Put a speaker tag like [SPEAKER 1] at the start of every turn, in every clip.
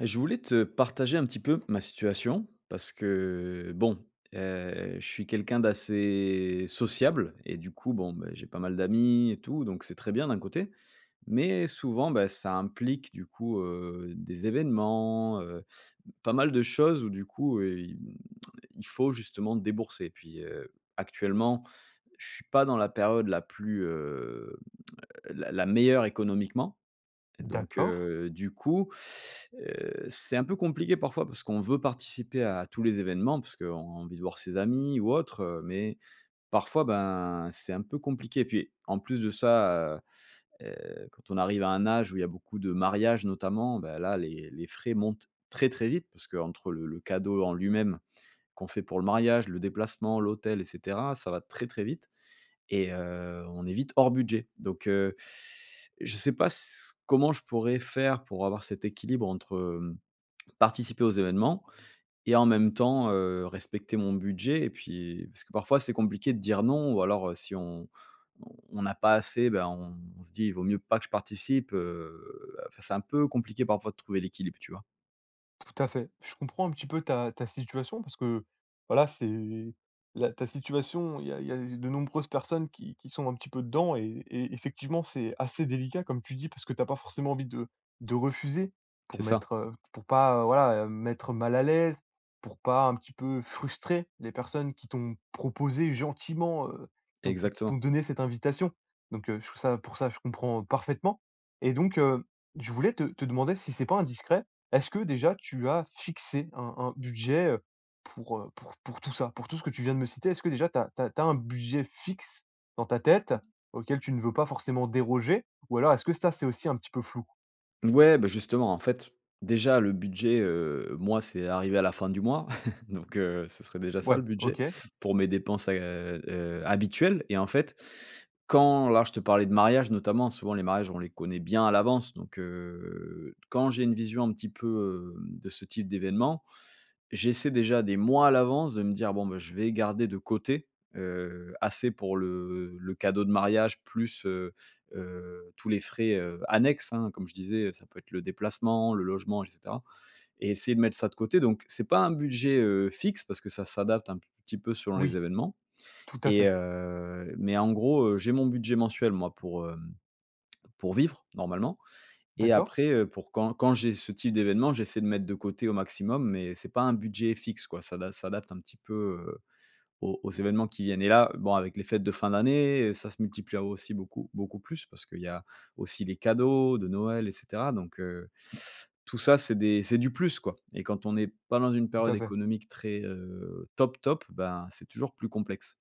[SPEAKER 1] Je voulais te partager un petit peu ma situation parce que, bon, je suis quelqu'un d'assez sociable et du coup, bon, beh, j'ai pas mal d'amis et tout, donc c'est très bien d'un côté. Mais souvent, bah, ça implique du coup, des événements, pas mal de choses où du coup, il faut justement débourser. Et puis, actuellement, je suis pas dans la période la plus, la meilleure économiquement donc
[SPEAKER 2] D'accord,
[SPEAKER 1] du coup, c'est un peu compliqué parfois parce qu'on veut participer à tous les événements, parce qu'on a envie de voir ses amis ou autre, mais parfois, ben, c'est un peu compliqué et puis en plus de ça, quand on arrive à un âge où il y a beaucoup de mariages notamment, bah, là les frais montent très, très vite parce qu'entre le cadeau en lui-même qu'on fait pour le mariage, le déplacement, l'hôtel et cetera, ça va très, très vite et on est vite hors budget. Donc je ne sais pas s comment je pourrais faire pour avoir cet équilibre entre, participer aux événements et en même temps, respecter mon budget et puis parce que parfois c'est compliqué de dire non ou alors, si on n'a pas assez, ben, on se dit: «Il vaut mieux pas que je participe», enfin, c'est un peu compliqué parfois de trouver l'équilibre, tu vois?
[SPEAKER 2] tout à fait. Je comprends un petit peu ta situation parce que, voilà, c'est la ta situation, il y a de nombreuses personnes qui sont un petit peu dedans et effectivement, c'est assez délicat comme tu dis parce que t'as pas forcément envie de refuser
[SPEAKER 1] C'est ça,
[SPEAKER 2] pour pas, voilà, mettre mal à l'aise, pour pas un petit peu frustrer les personnes qui t'ont proposé gentiment, qui t'ont
[SPEAKER 1] exactement.
[SPEAKER 2] donné cette invitation. Donc je trouve ça pour ça, je comprends parfaitement et donc je voulais te demander si c'est pas indiscret. Est-ce que déjà tu as fixé un budget, pour tout ça, pour tout ce que tu viens de me citer? Est-ce que déjà tu as un budget fixe dans ta tête auquel tu ne veux pas forcément déroger? Ou alors est-ce que ça, c'est aussi un petit peu flou?
[SPEAKER 1] Ouais, bah, justement, en fait, déjà le budget, moi, c'est arrivé à la fin du mois, donc ce serait déjà ça
[SPEAKER 2] Ouais,
[SPEAKER 1] le budget
[SPEAKER 2] OK.
[SPEAKER 1] pour mes dépenses, habituelles et en fait, quand là, je te parlais de mariage notamment, souvent les mariages, on les connaît bien à l'avance donc quand j'ai une vision un petit peu, de ce type d'événement, j'essaie déjà des mois à l'avance de me dire: «Bon, bah, je vais garder de côté, assez pour le cadeau de mariage plus, tous les frais, annexes», hein. Comme je disais, ça peut être le déplacement, le logement et cetera et essayer de mettre ça de côté donc c'est pas un budget, fixe parce que ça s'adapte un petit peu selon les
[SPEAKER 2] Oui,
[SPEAKER 1] événements
[SPEAKER 2] tout à
[SPEAKER 1] et
[SPEAKER 2] fait.
[SPEAKER 1] mais en gros, j'ai mon budget mensuel moi pour, pour vivre normalement et
[SPEAKER 2] D'accord.
[SPEAKER 1] après, pour quand j'ai ce type d'événement, j'essaie de mettre de côté au maximum, mais c'est pas un budget fixe, quoi. Ça da s'adapte un petit peu, aux événements qui viennent. Et là, bon, avec les fêtes de fin d'année, ça se multiplie aussi beaucoup beaucoup plus parce qu'il y a aussi les cadeaux de Noël et cetera. Donc, tout ça, c'est du plus, quoi. Et quand on n'est pas dans une
[SPEAKER 2] Tout
[SPEAKER 1] période
[SPEAKER 2] à fait.
[SPEAKER 1] économique très, top top, ben, c'est toujours plus complexe.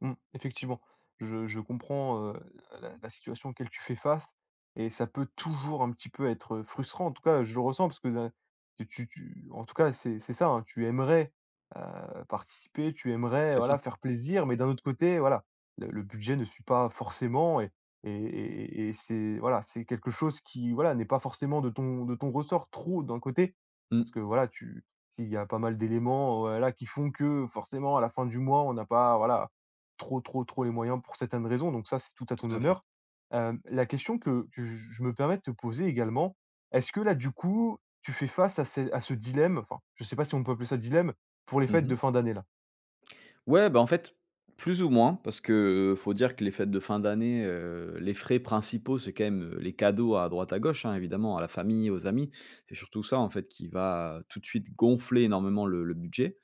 [SPEAKER 2] Mmh, effectivement, je comprends, la situation auquel tu fais face et ça peut toujours un petit peu être, frustrant. En tout cas, je le ressens parce que da tu tu tu en tout cas, c'est ça, hein, tu aimerais, participer, tu aimerais,
[SPEAKER 1] C'est ça.
[SPEAKER 2] voilà, faire plaisir, mais d'un autre côté, voilà, le budget ne suit pas forcément et c'est voilà, c'est quelque chose qui, voilà, n'est pas forcément de ton ressort trop d'un côté, parce que,
[SPEAKER 1] Mmh.
[SPEAKER 2] voilà, tu il y a pas mal d'éléments, voilà, qui font que forcément à la fin du mois, on n'a pas, voilà trop, trop, trop les moyens pour certaines raisons, donc ça, c'est tout à ton
[SPEAKER 1] Tout à fait.
[SPEAKER 2] honneur. La question que j je me permets de te poser également, est-ce que là, du coup, tu fais face à ce dilemme, enfin, je sais pas si on peut appeler ça dilemme, pour les fêtes
[SPEAKER 1] Mmh.
[SPEAKER 2] de fin d'année là?
[SPEAKER 1] Ouais, bah, en fait, plus ou moins, parce que, faut dire que les fêtes de fin d'année, les frais principaux, c'est quand même, les cadeaux à droite à gauche, hein, évidemment, à la famille, aux amis. C'est surtout ça, en fait, qui va tout de suite gonfler énormément le budget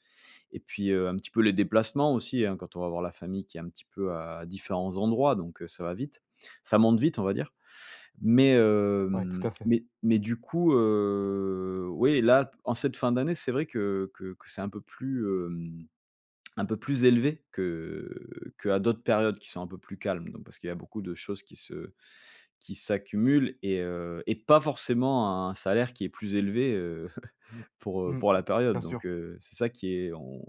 [SPEAKER 1] et puis, un petit peu les déplacements aussi, hein, quand on va voir la famille qui est un petit peu à différents endroits, donc, ça va vite. Ça monte vite, on va dire. Mais,
[SPEAKER 2] Ouais, tout
[SPEAKER 1] hem,
[SPEAKER 2] à fait.
[SPEAKER 1] mais du coup, oui, là, en cette fin d'année, c'est vrai que c'est un peu plus élevé que qu'à d'autres périodes qui sont un peu plus calmes, donc parce qu'il y a beaucoup de choses qui s'accumulent et pas forcément un salaire qui est plus élevé, pour
[SPEAKER 2] Mmh.
[SPEAKER 1] la
[SPEAKER 2] Bien
[SPEAKER 1] période donc
[SPEAKER 2] sûr.
[SPEAKER 1] c'est ça qui est on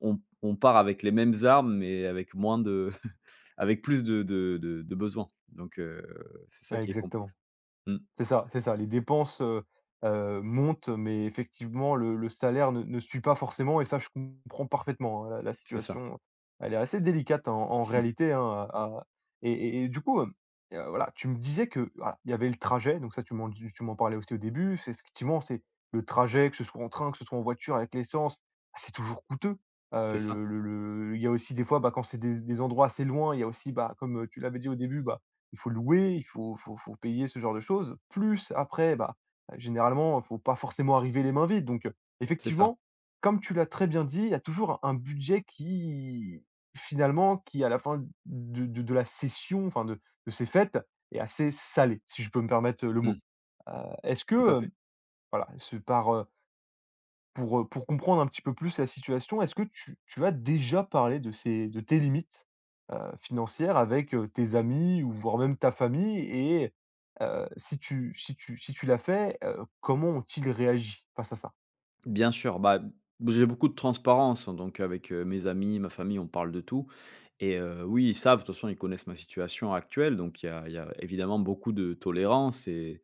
[SPEAKER 1] on on part avec les mêmes armes mais avec moins de avec plus de besoins donc c'est ça
[SPEAKER 2] Ouais,
[SPEAKER 1] qui est
[SPEAKER 2] exactement.
[SPEAKER 1] complexe. Mmh,
[SPEAKER 2] C'est ça, c'est ça. Les dépenses, montent, mais effectivement le salaire ne suit pas forcément et ça je comprends parfaitement, hein. La
[SPEAKER 1] c'est ça,
[SPEAKER 2] situation, elle est assez délicate en réalité, hein, à à- et du coup, voilà, tu me disais que, voilà, il y avait le trajet, donc ça tu m'en parlais aussi au début. C'est effectivement, c'est le trajet, que ce soit en train, que ce soit en voiture avec l'essence, bah, c'est toujours coûteux.
[SPEAKER 1] c'est ça,
[SPEAKER 2] Le il y a aussi des fois, bah, quand c'est des endroits assez loin, il y a aussi, bah, comme, tu l'avais dit au début, bah, il faut louer, il faut payer ce genre de choses. Plus après, bah, généralement, il faut pas forcément arriver les mains vides. Donc,
[SPEAKER 1] c'est ça.
[SPEAKER 2] effectivement, comme tu l'as très bien dit, il y a toujours un budget qui finalement, qui à la fin de la session, enfin de ces fêtes est assez salé, si je peux me permettre, le mot.
[SPEAKER 1] Mmh,
[SPEAKER 2] Heu, est-ce
[SPEAKER 1] tout à
[SPEAKER 2] que,
[SPEAKER 1] fait.
[SPEAKER 2] voilà, pour comprendre un petit peu plus la situation, est-ce que tu as déjà parlé de tes limites, financières avec, tes amis ou voire même ta famille et si tu l'as fait, comment ont-ils réagi face à ça?
[SPEAKER 1] Bien sûr, bah, j'ai beaucoup de transparence, hein, donc avec, mes amis, ma famille, on parle de tout et oui, ils savent, de toute façon, ils connaissent ma situation actuelle, donc il y a évidemment beaucoup de tolérance et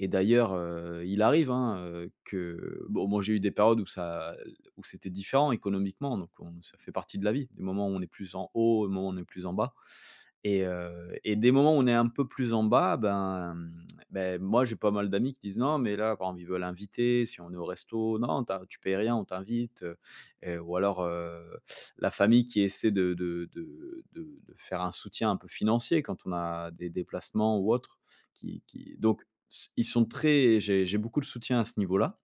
[SPEAKER 1] et d'ailleurs, il arrive, hein, que bon, moi, j'ai eu des périodes où c'était différent économiquement, donc on ça fait partie de la vie. Des moments où on est plus en haut, des moments où on est plus en bas et des moments où on est un peu plus en bas, ben, ben, moi, j'ai pas mal d'amis qui disent: «Non, mais là» par exemple, ils veulent inviter, si on est au resto: «Non, tu payes rien, on t'invite», et ou alors, la famille qui essaie de faire un soutien un peu financier quand on a des déplacements ou autres qui donc s ils sont très j'ai beaucoup de soutien à ce niveau-là.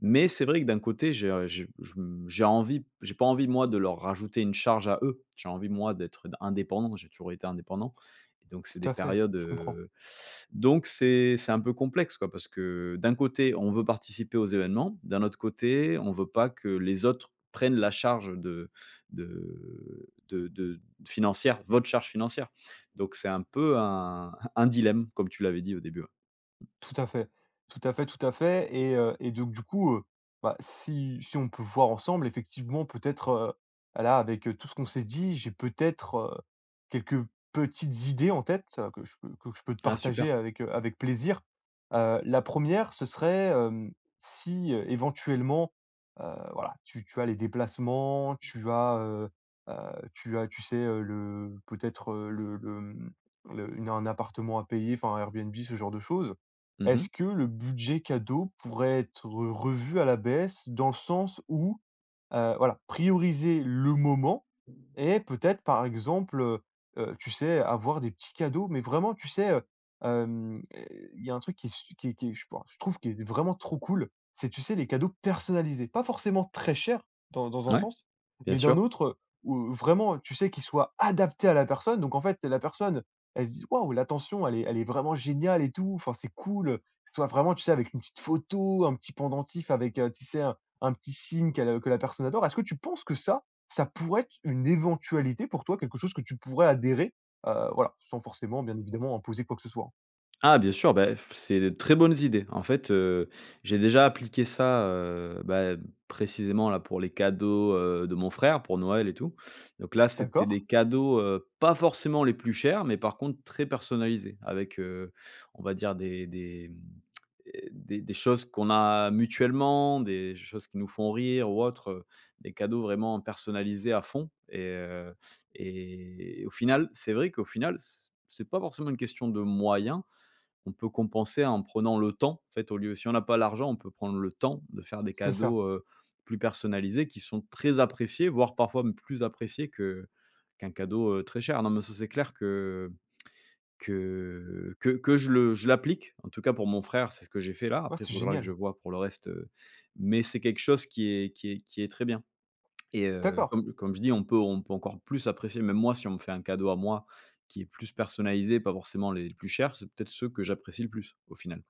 [SPEAKER 1] Mais c'est vrai que d'un côté, j'ai, je me j'ai envie j'ai pas envie moi de leur rajouter une charge à eux. J'ai envie moi d'être indépendant, j'ai toujours été indépendant et donc c'est
[SPEAKER 2] Tout
[SPEAKER 1] des
[SPEAKER 2] à fait,
[SPEAKER 1] périodes,
[SPEAKER 2] je comprends.
[SPEAKER 1] donc c'est un peu complexe quoi parce que d'un côté, on veut participer aux événements, d'un autre côté, on veut pas que les autres prennent la charge de financière, votre charge financière. Donc c'est un peu un un dilemme comme tu l'avais dit au début, ouais. Mmh.
[SPEAKER 2] Tout à fait. Tout à fait, tout à fait et donc du coup, bah, si on peut voir ensemble effectivement peut-être, là avec, tout ce qu'on s'est dit, j'ai peut-être, quelques petites idées en tête, que je peux te
[SPEAKER 1] Ah
[SPEAKER 2] partager
[SPEAKER 1] super.
[SPEAKER 2] avec, avec plaisir. La première ce serait, si, éventuellement, heu, voilà, tu as les déplacements, tu sais, le peut-être, le, mmh, le une un appartement à payer, enfin un Airbnb, ce genre de choses.
[SPEAKER 1] Mmh mh.
[SPEAKER 2] Est-ce que le budget cadeau pourrait être revu à la baisse? Dans le sens où, voilà, prioriser le moment et peut-être, par exemple, tu sais, avoir des petits cadeaux, mais vraiment, tu sais, hem, il y a un truc qui est je pense je trouve qui est vraiment trop cool, c'est, tu sais, les cadeaux personnalisés. Pas forcément très chers dans un
[SPEAKER 1] Ouais,
[SPEAKER 2] sens,
[SPEAKER 1] bien
[SPEAKER 2] mais d'un
[SPEAKER 1] sûr.
[SPEAKER 2] autre, où vraiment, tu sais, qu'ils soient adaptés à la personne. Donc en fait, la personne, elle se dise: «Waouh, l'attention, elle est vraiment géniale et tout, enfin, c'est cool», que ce soit vraiment, tu sais, avec une petite photo, un petit pendentif avec, tu sais, un petit signe qu'elle que la personne adore. Est-ce que tu penses que ça pourrait être une éventualité pour toi, quelque chose que tu pourrais adhérer? Voilà, sans forcément, bien évidemment, imposer quoi que ce soit, hein.
[SPEAKER 1] Ah bien sûr, bah, f c'est de très bonnes idées. En fait, j'ai déjà appliqué ça, bah, précisément là pour les cadeaux, de mon frère pour Noël et tout. Donc là, c'était
[SPEAKER 2] D'accord,
[SPEAKER 1] des cadeaux, pas forcément les plus chers, mais par contre très personnalisés avec, on va dire des choses qu'on a mutuellement, des choses qui nous font rire ou autre, des cadeaux vraiment personnalisés à fond et au final, c'est vrai qu'au final, c'est pas forcément une question de moyens, on peut compenser en prenant le temps, en fait, au lieu si on n'a pas l'argent, on peut prendre le temps de faire des
[SPEAKER 2] c'est ça.
[SPEAKER 1] cadeaux, plus personnalisés qui sont très appréciés, voire parfois même plus appréciés que qu'un cadeau, très cher. Non, mais ça, c'est clair que je l'applique. En tout cas, pour mon frère, c'est ce que j'ai fait là.
[SPEAKER 2] Ouais,
[SPEAKER 1] Après, il
[SPEAKER 2] c'est
[SPEAKER 1] faudra que je
[SPEAKER 2] génial.
[SPEAKER 1] vois pour le reste, mais c'est quelque chose qui est très bien. Et
[SPEAKER 2] D'accord.
[SPEAKER 1] comme je dis, on peut encore plus apprécier, même moi, si on me fait un cadeau à moi qui est plus personnalisé, pas forcément les plus chers, c'est peut-être ceux que j'apprécie le plus, au final.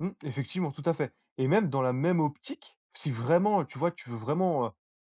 [SPEAKER 2] Mmh, effectivement, tout à fait et même dans la même optique, si vraiment, tu vois, tu veux vraiment, heu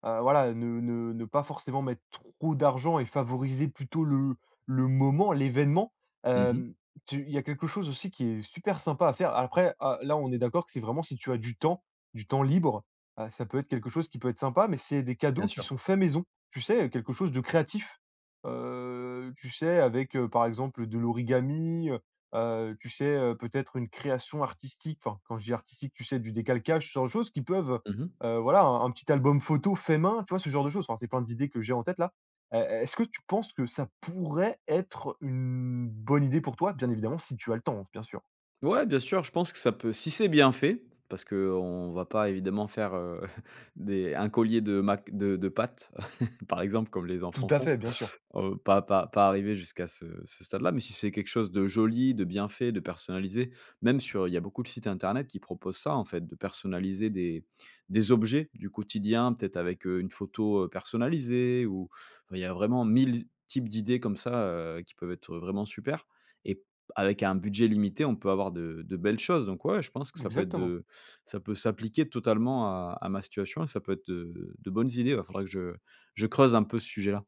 [SPEAKER 2] heu, voilà, ne pas forcément mettre trop d'argent et favoriser plutôt le moment, l'événement,
[SPEAKER 1] Mmh,
[SPEAKER 2] hem, tu il y a quelque chose aussi qui est super sympa à faire. Après, ah, là, on est d'accord que c'est vraiment si tu as du temps libre, ça peut être quelque chose qui peut être sympa, mais c'est des
[SPEAKER 1] bien
[SPEAKER 2] cadeaux qui
[SPEAKER 1] sûr.
[SPEAKER 2] sont faits maison. Tu sais, quelque chose de créatif, tu sais, avec, par exemple, de l'origami. Tu sais, peut-être une création artistique, enfin, quand je dis artistique, tu sais, du décalcage, ce genre de choses qui peuvent,
[SPEAKER 1] Mmh.
[SPEAKER 2] voilà, un petit album photo fait main, tu vois, ce genre de choses. Enfin, c'est plein d'idées que j'ai en tête là. Est-ce que tu penses que ça pourrait être une bonne idée pour toi? Bien évidemment, si tu as le temps, bien sûr.
[SPEAKER 1] Ouais, bien sûr, je pense que ça peut si c'est bien fait, parce qu'on va pas évidemment faire, des un collier de mac de pâtes, par exemple, comme les
[SPEAKER 2] Tout
[SPEAKER 1] enfants
[SPEAKER 2] à
[SPEAKER 1] font.
[SPEAKER 2] fait, bien sûr.
[SPEAKER 1] Pas arriver jusqu'à ce stade-là, mais si c'est quelque chose de joli, de bien fait, de personnalisé, même sur il y a beaucoup de sites internet qui proposent ça en fait, de personnaliser des objets du quotidien, peut-être avec, une photo, personnalisée ou enfin il y a vraiment 1000 types d'idées comme ça, qui peuvent être vraiment super et avec un budget limité, on peut avoir de belles choses donc ouais, je pense que
[SPEAKER 2] Exactement.
[SPEAKER 1] ça peut s'appliquer totalement à ma situation et ça peut être de bonnes idées, ouais, faudrait que je creuse un peu ce sujet-là.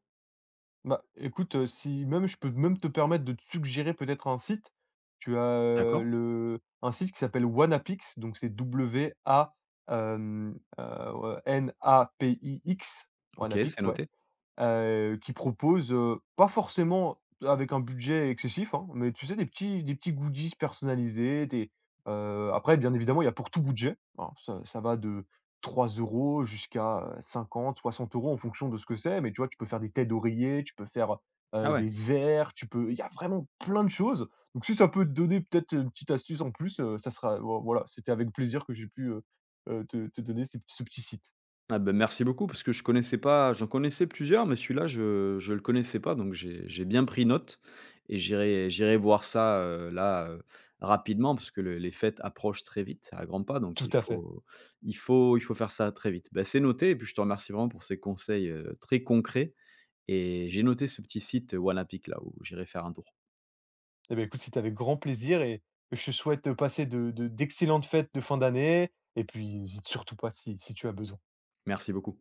[SPEAKER 2] Bah, écoute, si même je peux même te permettre de te suggérer peut-être un site. Tu as,
[SPEAKER 1] D'accord?
[SPEAKER 2] le un site qui s'appelle Wanapix, donc c'est W A, ouais, N A P I X,
[SPEAKER 1] OK, c'est
[SPEAKER 2] Wanapix, ouais.
[SPEAKER 1] noté.
[SPEAKER 2] Qui proposent, pas forcément avec un budget excessif, hein, mais tu sais des petits goodies personnalisés, des après bien évidemment il y a pour tout budget, hein, ça va de 3 euros jusqu'à, 50-60 € en fonction de ce que c'est, mais tu vois, tu peux faire des têtes d'oreiller, tu peux faire,
[SPEAKER 1] Ah ouais.
[SPEAKER 2] des verres, tu peux il y a vraiment plein de choses. Donc si ça peut te donner peut-être une petite astuce en plus, ça sera voilà, c'était avec plaisir que j'ai pu, te donner ces ce petit site.
[SPEAKER 1] Ah bah, merci beaucoup parce que je connaissais pas j'en connaissais plusieurs, mais celui-là je le connaissais pas donc j'ai bien pris note et j'irai voir ça, là, rapidement parce que le les fêtes approchent très vite à grands pas donc
[SPEAKER 2] Tout à fait.
[SPEAKER 1] il faut faire ça très vite. Ben c'est noté et puis je te remercie vraiment pour ces conseils, très concrets et j'ai noté ce petit site Wanapik là où j'irai faire un tour.
[SPEAKER 2] Eh ben écoute, c'était avec grand plaisir et je te souhaite de passer de d'excellentes fêtes de fin d'année et puis n'hésite surtout pas si tu as besoin.
[SPEAKER 1] Merci beaucoup.